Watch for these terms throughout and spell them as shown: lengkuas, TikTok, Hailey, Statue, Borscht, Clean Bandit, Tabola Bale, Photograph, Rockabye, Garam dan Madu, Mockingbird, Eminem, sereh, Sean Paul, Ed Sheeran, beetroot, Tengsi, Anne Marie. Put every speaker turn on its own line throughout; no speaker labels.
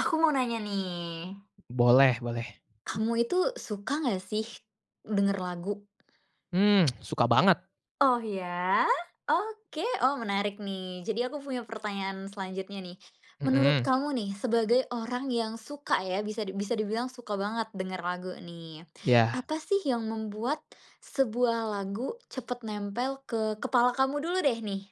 Aku mau nanya nih.
Boleh boleh.
Kamu itu suka nggak sih denger lagu?
Suka banget,
Oh ya? Oke, oh menarik nih. Jadi aku punya pertanyaan selanjutnya nih. Menurut
mhm.
kamu nih, sebagai orang yang suka ya, bisa dibilang suka banget denger lagu nih.
Iya.
Apa sih yang membuat sebuah lagu cepet nempel ke kepala kamu dulu deh nih?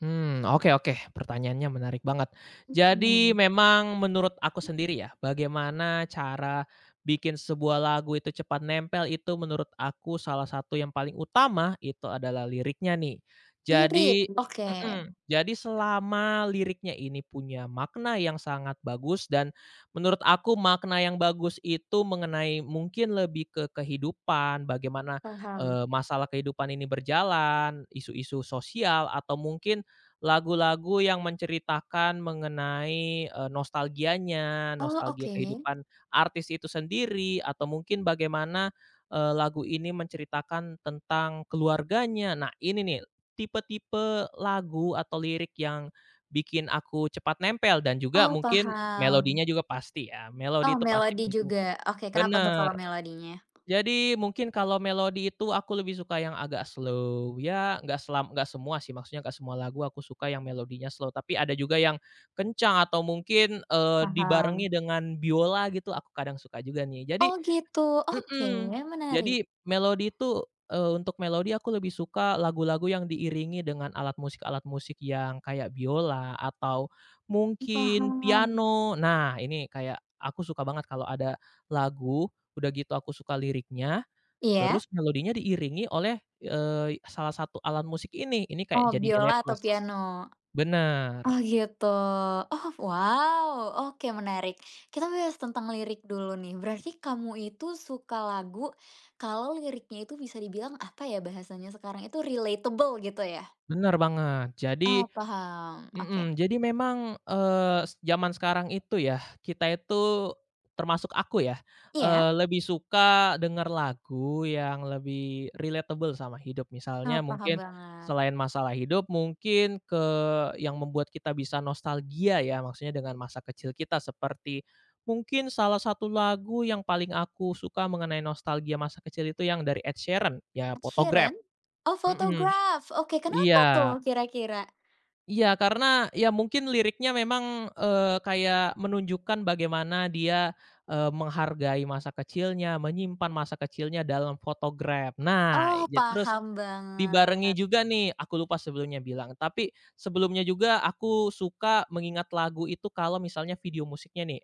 Oke oke, pertanyaannya menarik banget. Jadi
Mhm.
memang menurut aku sendiri ya, bagaimana cara bikin sebuah lagu itu cepat nempel itu menurut aku salah satu yang paling utama itu adalah liriknya nih.
Lirik,
Jadi
oke.
mhm, jadi selama liriknya ini punya makna yang sangat bagus dan menurut aku makna yang bagus itu mengenai mungkin lebih ke kehidupan, bagaimana,
Paham.
masalah kehidupan ini berjalan, isu-isu sosial atau mungkin lagu-lagu yang menceritakan mengenai, nostalgianya,
Oh
nostalgia
oke.
kehidupan artis itu sendiri, atau mungkin bagaimana, lagu ini menceritakan tentang keluarganya. Nah, ini nih, tipe-tipe lagu atau lirik yang bikin aku cepat nempel dan juga
Oh
mungkin
paham.
melodinya juga pasti ya, melodi
Oh,
itu pasti
melodi
penting
juga. Oke, kenapa tuh kalau
bener.
melodinya?
Jadi mungkin kalau melodi itu aku lebih suka yang agak slow, ya nggak semua sih, maksudnya nggak semua lagu aku suka yang melodinya slow, tapi ada juga yang kencang atau mungkin,
Paham.
dibarengi dengan biola gitu, aku kadang suka juga nih.
Oh, gitu. Oke,
Mhm,
menarik.
jadi melodi itu, untuk melodi aku lebih suka lagu-lagu yang diiringi dengan alat musik-alat musik yang kayak biola atau mungkin
Paham.
piano. Nah, ini kayak aku suka banget kalau ada lagu, udah gitu aku suka liriknya,
Iya?
terus melodinya diiringi oleh, salah satu alat musik ini
Oh,
kayak jadi nilai
biola atau
plus.
piano?
Bener,
Oh, gitu. Oh, wow. Oke, menarik. Kita bahas tentang lirik dulu nih. Berarti kamu itu suka lagu kalau liriknya itu bisa dibilang apa ya bahasanya sekarang itu relatable gitu ya?
bener banget. Jadi
Oh, paham. Oke.
mhm, jadi memang, eee, s zaman sekarang itu ya, kita itu termasuk aku ya,
Iya?
lebih suka denger lagu yang lebih relatable sama hidup. Misalnya
Oh, paham
mungkin
banget.
selain masalah hidup, mungkin yang membuat kita bisa nostalgia ya, maksudnya dengan masa kecil kita seperti mungkin salah satu lagu yang paling aku suka mengenai nostalgia masa kecil itu yang dari Ed Sheeran, ya
Ed
Photograph.
Sheeran? Oh,
Mhm,
Photograph. Oke, kenapa
iya.
tuh kira-kira?
Iya, karena ya mungkin liriknya memang, kayak menunjukkan bagaimana dia, menghargai masa kecilnya, menyimpan masa kecilnya dalam Photograph. Nah,
Oh,
terus
paham
dibarengi
banget.
juga nih, aku lupa sebelumnya bilang, tapi sebelumnya juga aku suka mengingat lagu itu kalau misalnya video musiknya nih,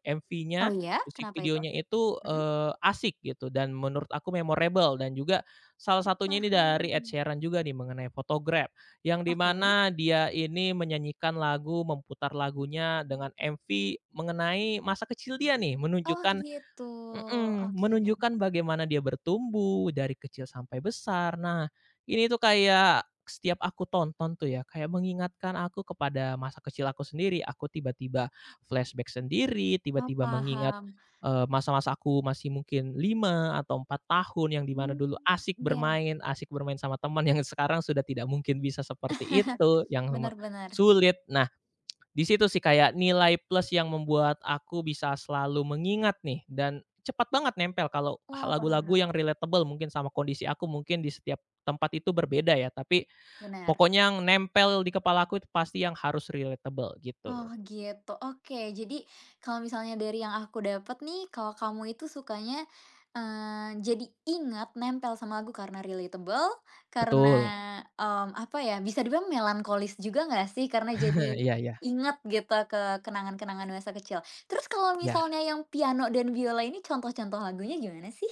Oh,
MV-nya,
ya?
musik
Kenapa itu?
videonya itu,
Mhm.
asik gitu dan menurut aku memorable dan juga salah satunya ini dari Ed
Paham.
Sheeran juga nih mengenai Photograph, yang di
Oke.
mana dia ini menyanyikan lagu, memputar lagunya dengan MV mengenai masa kecil dia nih,
Oh,
menunjukkan
gitu.
Mhm,
Oke.
menunjukkan bagaimana dia bertumbuh dari kecil sampai besar. Nah, ini tuh kayak setiap aku tonton tuh ya, kayak mengingatkan aku kepada masa kecil aku sendiri. Aku tiba-tiba flashback sendiri,
Oh,
tiba-tiba mengingat,
paham.
masa-masa aku masih mungkin 5 atau 4 tahun yang dimana
Mmm,
dulu asik
iya.
bermain asik bermain sama teman yang sekarang sudah tidak mungkin bisa seperti itu, yang
Bener bener.
sulit. Nah, di situ sih kayak nilai plus yang membuat aku bisa selalu mengingat nih dan cepat banget nempel kalau
Wah, paham
lagu-lagu yang
banget.
relatable mungkin sama kondisi aku, mungkin di setiap tempat itu berbeda ya, tapi
Bener.
pokoknya yang nempel di kepala aku itu pasti yang harus relatable
Oh
gitu.
gitu, oke. Jadi kalau misalnya dari yang aku dapat nih, kalau kamu itu sukanya, jadi ingat nempel sama lagu karena relatable, karena,
Betul.
apa ya, bisa dibilang melankolis juga nggak sih? Karena
Nah,
jadi
iya iya.
ingat gitu ke kenangan-kenangan masa kecil. Terus kalau
Iya.
misalnya yang piano dan biola ini contoh-contoh lagunya gimana sih?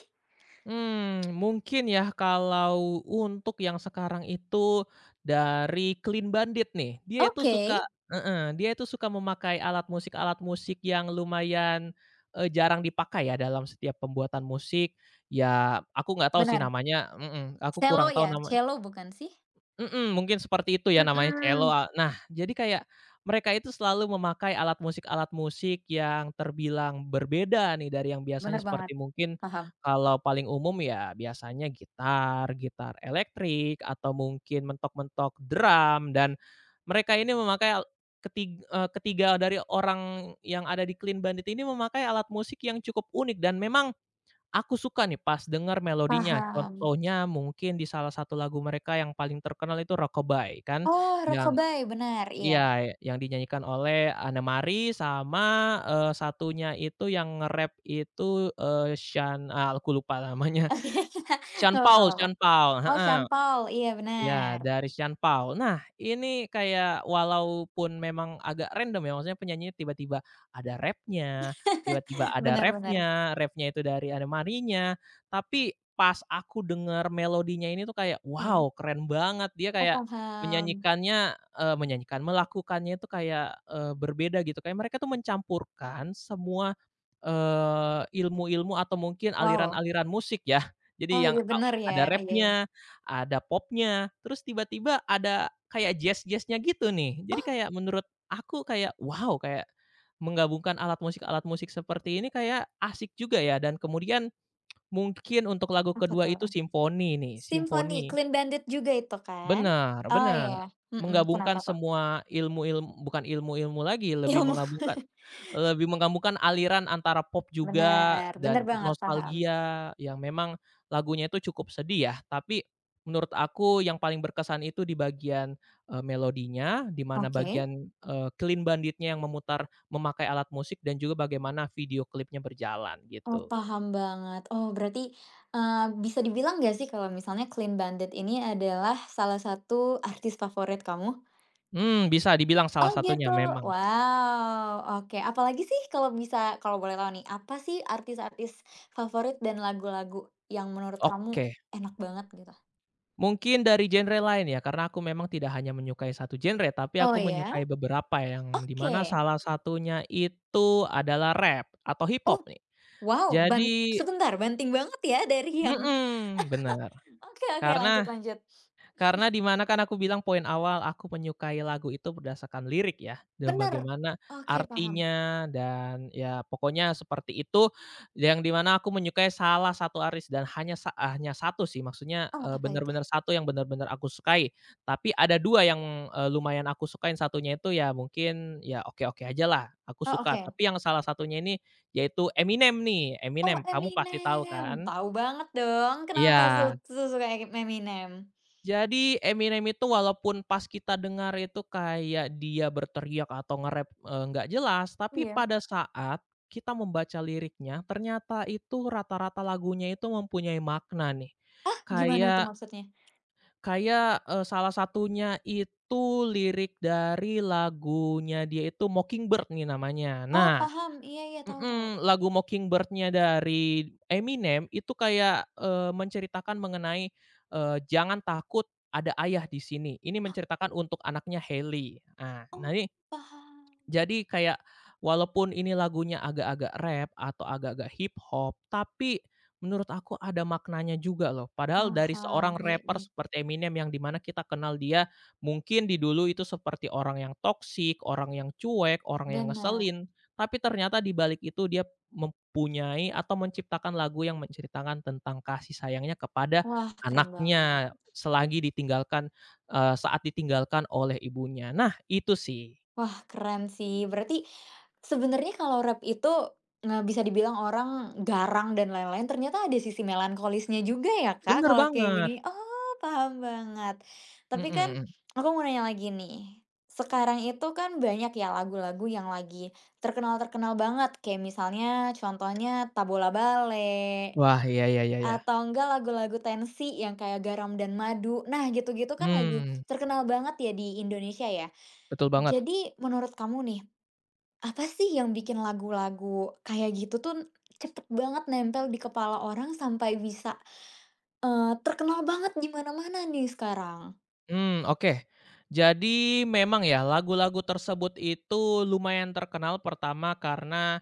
Mungkin ya kalau untuk yang sekarang itu dari Clean Bandit nih, dia itu
Oke,
suka heeh, dia itu suka memakai alat musik yang lumayan, jarang dipakai ya dalam setiap pembuatan musik. Ya aku nggak tahu sih
benar.
namanya, aku
Cello
kurang tahu
ya?
nama.
Cello bukan sih?
Mhm, mungkin seperti itu ya namanya cello,
Mhm,
nah jadi kayak mereka itu selalu memakai alat musik-alat musik yang terbilang berbeda nih dari yang biasanya
bener banget.
seperti mungkin
Paham.
kalau paling umum ya biasanya gitar, gitar elektrik atau mungkin mentok-mentok drum dan mereka ini memakai ketiga dari orang yang ada di Clean Bandit ini memakai alat musik yang cukup unik dan memang aku suka nih pas denger melodinya,
Paham.
contohnya mungkin di salah satu lagu mereka yang paling terkenal itu Rockabye kan,
Oh,
yang
rokabai, benar, iya.
iya, yang dinyanyikan oleh Anne Marie sama, satunya itu yang nge-rap itu, aku lupa namanya,
Oke,
Sean
nggak apa-apa nggak
Paul
apa-apa.
Sean Paul,
Oh,
heeh.
Sean Paul, iya
Ya
benar.
dari Sean Paul. Nah, ini kayak walaupun memang agak random ya, maksudnya penyanyinya tiba-tiba ada rapnya, tiba-tiba ada
Benar benar,
refnya, refnya itu dari Anne Marie-nya, tapi pas aku denger melodinya ini tuh kayak,
iya.
wow keren banget. Dia
Oh,
kayak
paham.
menyanyikannya, menyanyikan, melakukannya itu kayak, berbeda gitu. Kayak mereka tuh mencampurkan semua, ilmu-ilmu atau mungkin
Wow,
aliran-aliran musik ya.
oh
Jadi yang
iya benar ya,
ada
iya iya.
rapnya ada popnya, terus tiba-tiba ada kayak jazznya gitu nih. Jadi
Oh,
kayak menurut aku kayak, wow, kayak menggabungkan alat musik-alat musik seperti ini kayak asik juga ya dan kemudian mungkin untuk lagu
apa
kedua
tuh?
itu simfoni nih,
Simfoni
simfoni.
Clean Bandit juga itu kan?
Benar
Oh
benar.
iya, mhm,
Menggabungkan
kenapa tuh?
semua ilmu-ilmu bukan ilmu-ilmu lagi, lebih
Ilmu.
menggabungkan lebih menggabungkan aliran antara pop juga
Benar, benar
dan
banget, paham.
nostalgia yang memang lagunya itu cukup sedih ya, tapi menurut aku yang paling berkesan itu di bagian, melodinya, di mana
Oke.
bagian, Clean Banditnya yang memakai alat musik dan juga bagaimana video klipnya berjalan
Oh,
gitu.
paham banget. Oh, berarti, bisa dibilang gak sih kalau misalnya Clean Bandit ini adalah salah satu artis favorit kamu?
Bisa dibilang salah
Oh
satunya
gitu,
memang.
wow, oke, apalagi sih kalau bisa kalau boleh tahu nih, apa sih artis-artis favorit dan lagu-lagu yang menurut kamu
Oke.
enak banget gitu?
Mungkin dari genre lain ya, karena aku memang tidak hanya menyukai satu genre, tapi
Oh
aku
ya?
menyukai beberapa yang di mana
Oke.
salah satunya itu adalah rap atau hip
Oh,
hop nih.
wow,
Jadi
sebentar, banting banget ya dari yang
mhm, bener.
oke oke, lanjut
Karena
lanjut.
Karena di mana kan aku bilang poin awal aku menyukai lagu itu berdasarkan lirik ya, dan
Bener,
bagaimana
oke paham.
artinya dan ya pokoknya seperti itu, yang di mana aku menyukai salah satu aris dan hanya satu sih maksudnya,
Oh, apa itu?
benar-benar satu yang benar-benar aku sukai. Tapi ada 2 yang, lumayan aku sukain, satunya itu ya mungkin ya oke-oke aja lah aku
Oh
suka.
oke.
Tapi yang salah satunya ini yaitu Eminem nih,
Oh
Eminem kamu pasti tahu
Eminem,
kan?
tahu banget dong
Iya.
kenapa su su suka Eminem.
Jadi Eminem itu walaupun pas kita dengar itu kayak dia berteriak atau nge-rap, nggak jelas, tapi
Iya.
pada saat kita membaca liriknya, ternyata itu rata-rata lagunya itu mempunyai makna nih.
Ah, gimana tuh
Kayak
maksudnya?
kayak, eee, salah satunya itu lirik dari lagunya dia itu Mockingbird nih namanya.
Oh
Nah
paham, iya iya, tahu tahu.
Mhm, lagu Mockingbird-nya dari Eminem itu kayak, menceritakan mengenai, jangan takut ada ayah di sini. Ini menceritakan untuk anaknya Hailey. Nah
Oh,
ini
paham
jadi kayak walaupun ini lagunya agak-agak rap atau agak-agak hip hop, tapi menurut aku ada maknanya juga loh. Padahal dari
paham,
seorang
iya
rapper
iya,
seperti Eminem yang dimana kita kenal dia mungkin di dulu itu seperti orang yang toksik, orang yang cuek, orang yang
benar.
ngeselin, tapi ternyata di balik itu dia mempunyai atau menciptakan lagu yang menceritakan tentang kasih sayangnya kepada
Wah, keren banget.
anaknya selagi ditinggalkan, saat ditinggalkan oleh ibunya. Nah, itu sih.
Wah, keren sih. Berarti sebenarnya kalau rap itu, nggak bisa dibilang orang garang dan lain-lain, ternyata ada sisi melankolisnya juga ya, Kak,
Bener
kalau kayak
banget,
gini? Oh, paham banget.
mhm
Tapi kan
mhm.
aku mau nanya lagi nih, sekarang itu kan banyak ya lagu-lagu yang lagi terkenal-terkenal banget, kayak misalnya contohnya Tabola Bale,
Wah, iya iya iya iya.
atau enggak lagu-lagu tensi yang kayak Garam dan Madu. Nah, gitu-gitu kan lagi
Mmm.
terkenal banget ya di Indonesia ya.
Betul banget.
Jadi menurut kamu nih, apa sih yang bikin lagu-lagu kayak gitu tuh cepet banget nempel di kepala orang sampai bisa, terkenal banget di mana-mana nih sekarang?
Mmm, oke. Jadi memang ya lagu-lagu tersebut itu lumayan terkenal pertama karena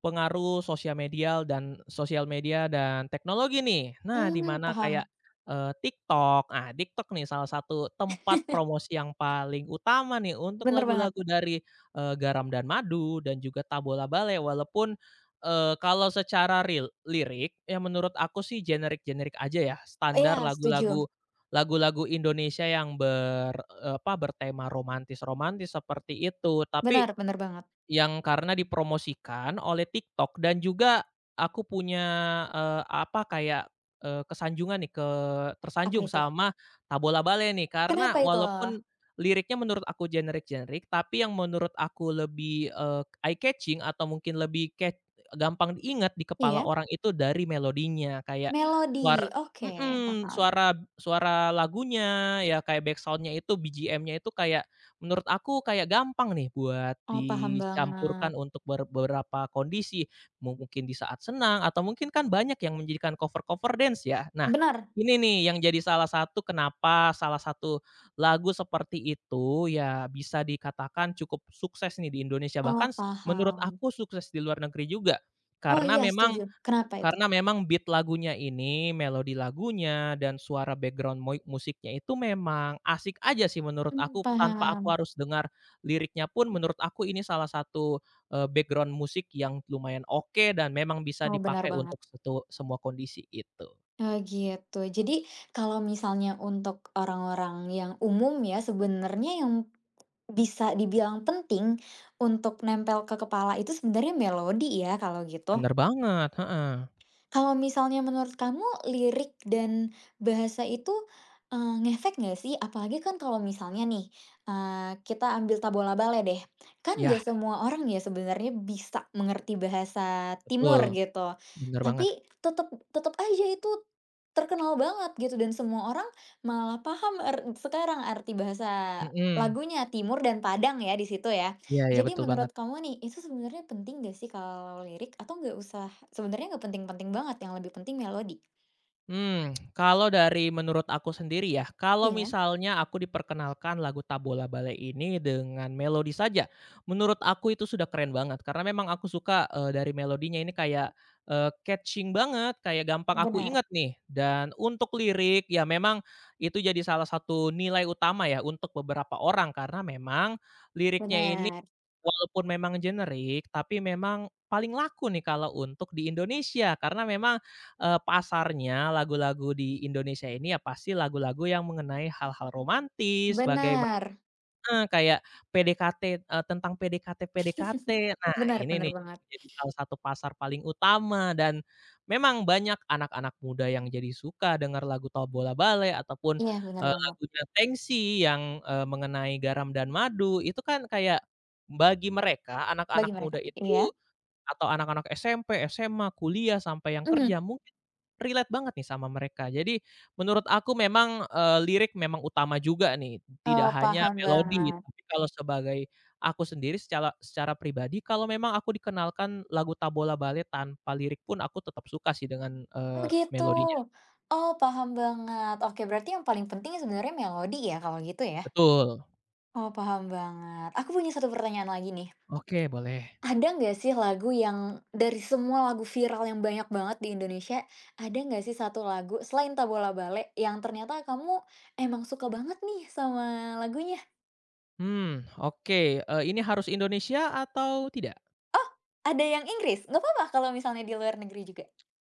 pengaruh sosial media dan teknologi nih. Nah, di
Mmm,
mana
paham.
kayak, TikTok nih salah satu tempat promosi yang paling utama nih untuk
Bener banget.
lagu-lagu dari, Garam dan Madu dan juga Tabola Bale walaupun, kalau secara real lirik ya menurut aku sih generik-generik aja ya, standar
Iya, setuju.
lagu-lagu Indonesia yang bertema romantis-romantis seperti itu. Tapi
Benar bener banget.
yang karena dipromosikan oleh TikTok dan juga aku punya, eee, apa, kayak, eee, kesanjungan nih,
Apa
tersanjung
itu?
sama Tabola Bale nih, karena
Kenapa itu?
walaupun liriknya menurut aku generik-generik, tapi yang menurut aku lebih, eye catching atau mungkin lebih gampang diingat di kepala
Iya?
orang itu dari melodinya, kayak suara
Melodi, oke,
mhm,
paham.
suara suara lagunya, ya kayak backsound-nya itu, BGM-nya itu kayak. Menurut aku kayak gampang nih buat
Oh, paham
dicampurkan
banget.
untuk beberapa kondisi, mungkin di saat senang atau mungkin kan banyak yang menjadikan cover-cover dance ya. Nah,
Benar.
ini nih yang jadi salah satu kenapa salah satu lagu seperti itu ya bisa dikatakan cukup sukses nih di Indonesia, bahkan
Oh,
menurut
paham.
aku sukses di luar negeri juga.
Oh
Karena
iya
memang
setuju, kenapa itu?
karena memang beat lagunya ini, melodi lagunya, dan suara background musiknya itu memang asik aja sih menurut
Mmm,
aku, tanpa aku
paham.
harus dengar liriknya pun menurut aku ini salah satu, background musik yang lumayan oke dan memang bisa
Oh benar
dipakai
banget.
untuk semua kondisi itu.
Oh gitu. Jadi kalau misalnya untuk orang-orang yang umum ya, sebenarnya yang bisa dibilang penting untuk nempel ke kepala itu sebenarnya melodi ya kalau gitu?
Bener banget, heeh.
Kalau misalnya menurut kamu lirik dan bahasa itu, ngefek nggak sih? Apalagi kan kalau misalnya nih, kita ambil Tabolabale deh, kan nggak.
Yah,
Iya. Semua orang ya sebenarnya bisa mengerti bahasa Timur
betul,
gitu,
bener
tapi
banget,
tetep tetep aja itu terkenal banget gitu dan semua orang malah paham sekarang arti bahasa
mhm.
lagunya Timur dan Padang ya di situ ya.
Iya iya,
Jadi
betul
menurut
banget.
kamu nih, itu sebenarnya penting nggak sih kalau lirik atau nggak usah. Sebenarnya nggak penting-penting banget, yang lebih penting melodi.
Kalau dari menurut aku sendiri ya, kalau
Iya,
misalnya aku diperkenalkan lagu Tabola Bale ini dengan melodi saja, menurut aku itu sudah keren banget karena memang aku suka, dari melodinya ini kayak, catching banget, kayak gampang aku
benar
ingat nih dan untuk lirik ya memang itu jadi salah satu nilai utama ya untuk beberapa orang karena memang liriknya ini
benar
walaupun memang generik, tapi memang paling laku nih kalau untuk di Indonesia karena memang, pasarnya lagu-lagu di Indonesia ini ya pasti lagu-lagu yang mengenai hal-hal romantis, bagaimana.
benar
Heeh, Kayak PDKT, tentang PDKT-PDKT. Nah,
benar
ini
benar
nih
banget.
jadi salah satu pasar paling utama dan memang banyak anak-anak muda yang jadi suka dengar lagu Tombola Bale ataupun,
Iya, benar banget,
lagunya Tengsi yang, mengenai garam dan madu. Itu kan kayak bagi mereka anak-anak
bagi mereka,
muda itu
iya?
atau anak-anak SMP, SMA, kuliah, sampai yang
Mhm,
kerja mungkin relate banget nih sama mereka. Jadi menurut aku memang, lirik memang utama juga nih, tidak
oh,
hanya
paham
melodi.
banget.
Tapi kalau sebagai aku sendiri secara secara pribadi, kalau memang aku dikenalkan lagu Tabola Bale tanpa lirik pun aku tetap suka sih dengan,
Oh, gitu?
melodinya.
Oh, paham banget. Oke, berarti yang paling penting sebenarnya melodi ya, kalau gitu ya?
Betul.
Oh, paham banget. Aku punya satu pertanyaan lagi nih.
Oke boleh.
Ada nggak sih lagu yang dari semua lagu viral yang banyak banget di Indonesia, ada nggak sih satu lagu selain Tabola Bale yang ternyata kamu emang suka banget nih sama lagunya?
Oke, ini harus Indonesia atau tidak?
Ada yang Inggris? Nggak apa-apa kalau misalnya di luar negeri juga.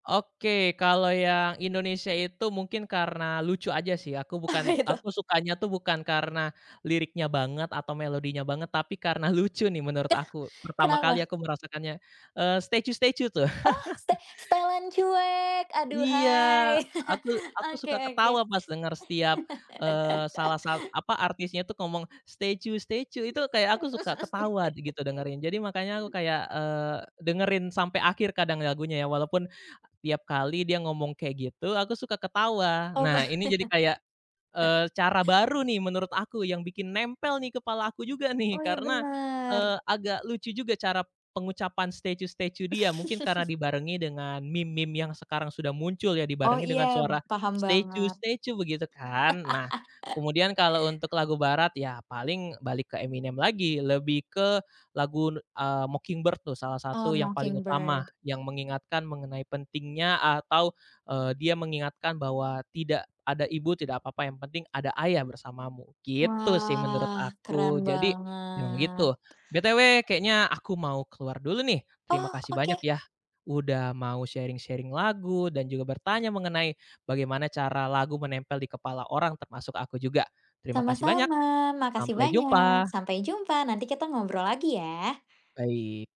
Oke, kalau yang Indonesia itu mungkin karena lucu aja sih, aku
Apa
bukan
itu?
aku sukanya tuh bukan karena liriknya banget atau melodinya banget, tapi karena lucu nih menurut aku. Pertama
Kenapa?
kali aku merasakannya, Statue Statue tuh.
Oh, Setelan Cuek,
Iya,
aduhai.
aku aku
Oke,
suka
oke.
ketawa pas denger setiap, eee, salah sat apa, artisnya tuh ngomong, "Statue Statue," itu kayak aku suka ketawa gitu dengerin. Jadi makanya aku kayak, dengerin sampai akhir kadang lagunya ya, walaupun tiap kali dia ngomong kayak gitu, aku suka ketawa.
Oh,
Nah, ini jadi kayak, cara baru nih menurut aku yang bikin nempel nih kepala aku juga nih
oh iya
karena,
benar.
agak lucu juga cara pengucapan statue-statue dia mungkin karena dibarengi dengan meme-meme yang sekarang sudah muncul ya
Oh
dibarengi dengan
iya,
suara
paham banget.
statue-statue begitu kan. Nah, kemudian kalau untuk lagu barat ya paling balik ke Eminem lagi lebih ke lagu, Mockingbird tuh salah
Oh,
satu yang paling utama
Mockingbird.
yang mengingatkan mengenai pentingnya atau, dia mengingatkan bahwa tidak ada ibu tidak apa-apa, yang penting ada ayah bersamamu, gitu sih menurut
Wah, keren
aku. Jadi memang
banget.
gitu. BTW kayaknya aku mau keluar dulu nih. Terima
Oh,
kasih
oke.
banyak ya udah mau sharing-sharing lagu dan juga bertanya mengenai bagaimana cara lagu menempel di kepala orang termasuk aku juga. Terima kasih banyak,
Sama-sama. Makasih
sampai
banyak.
jumpa.
Sampai jumpa. Nanti kita ngobrol lagi ya.
Bye.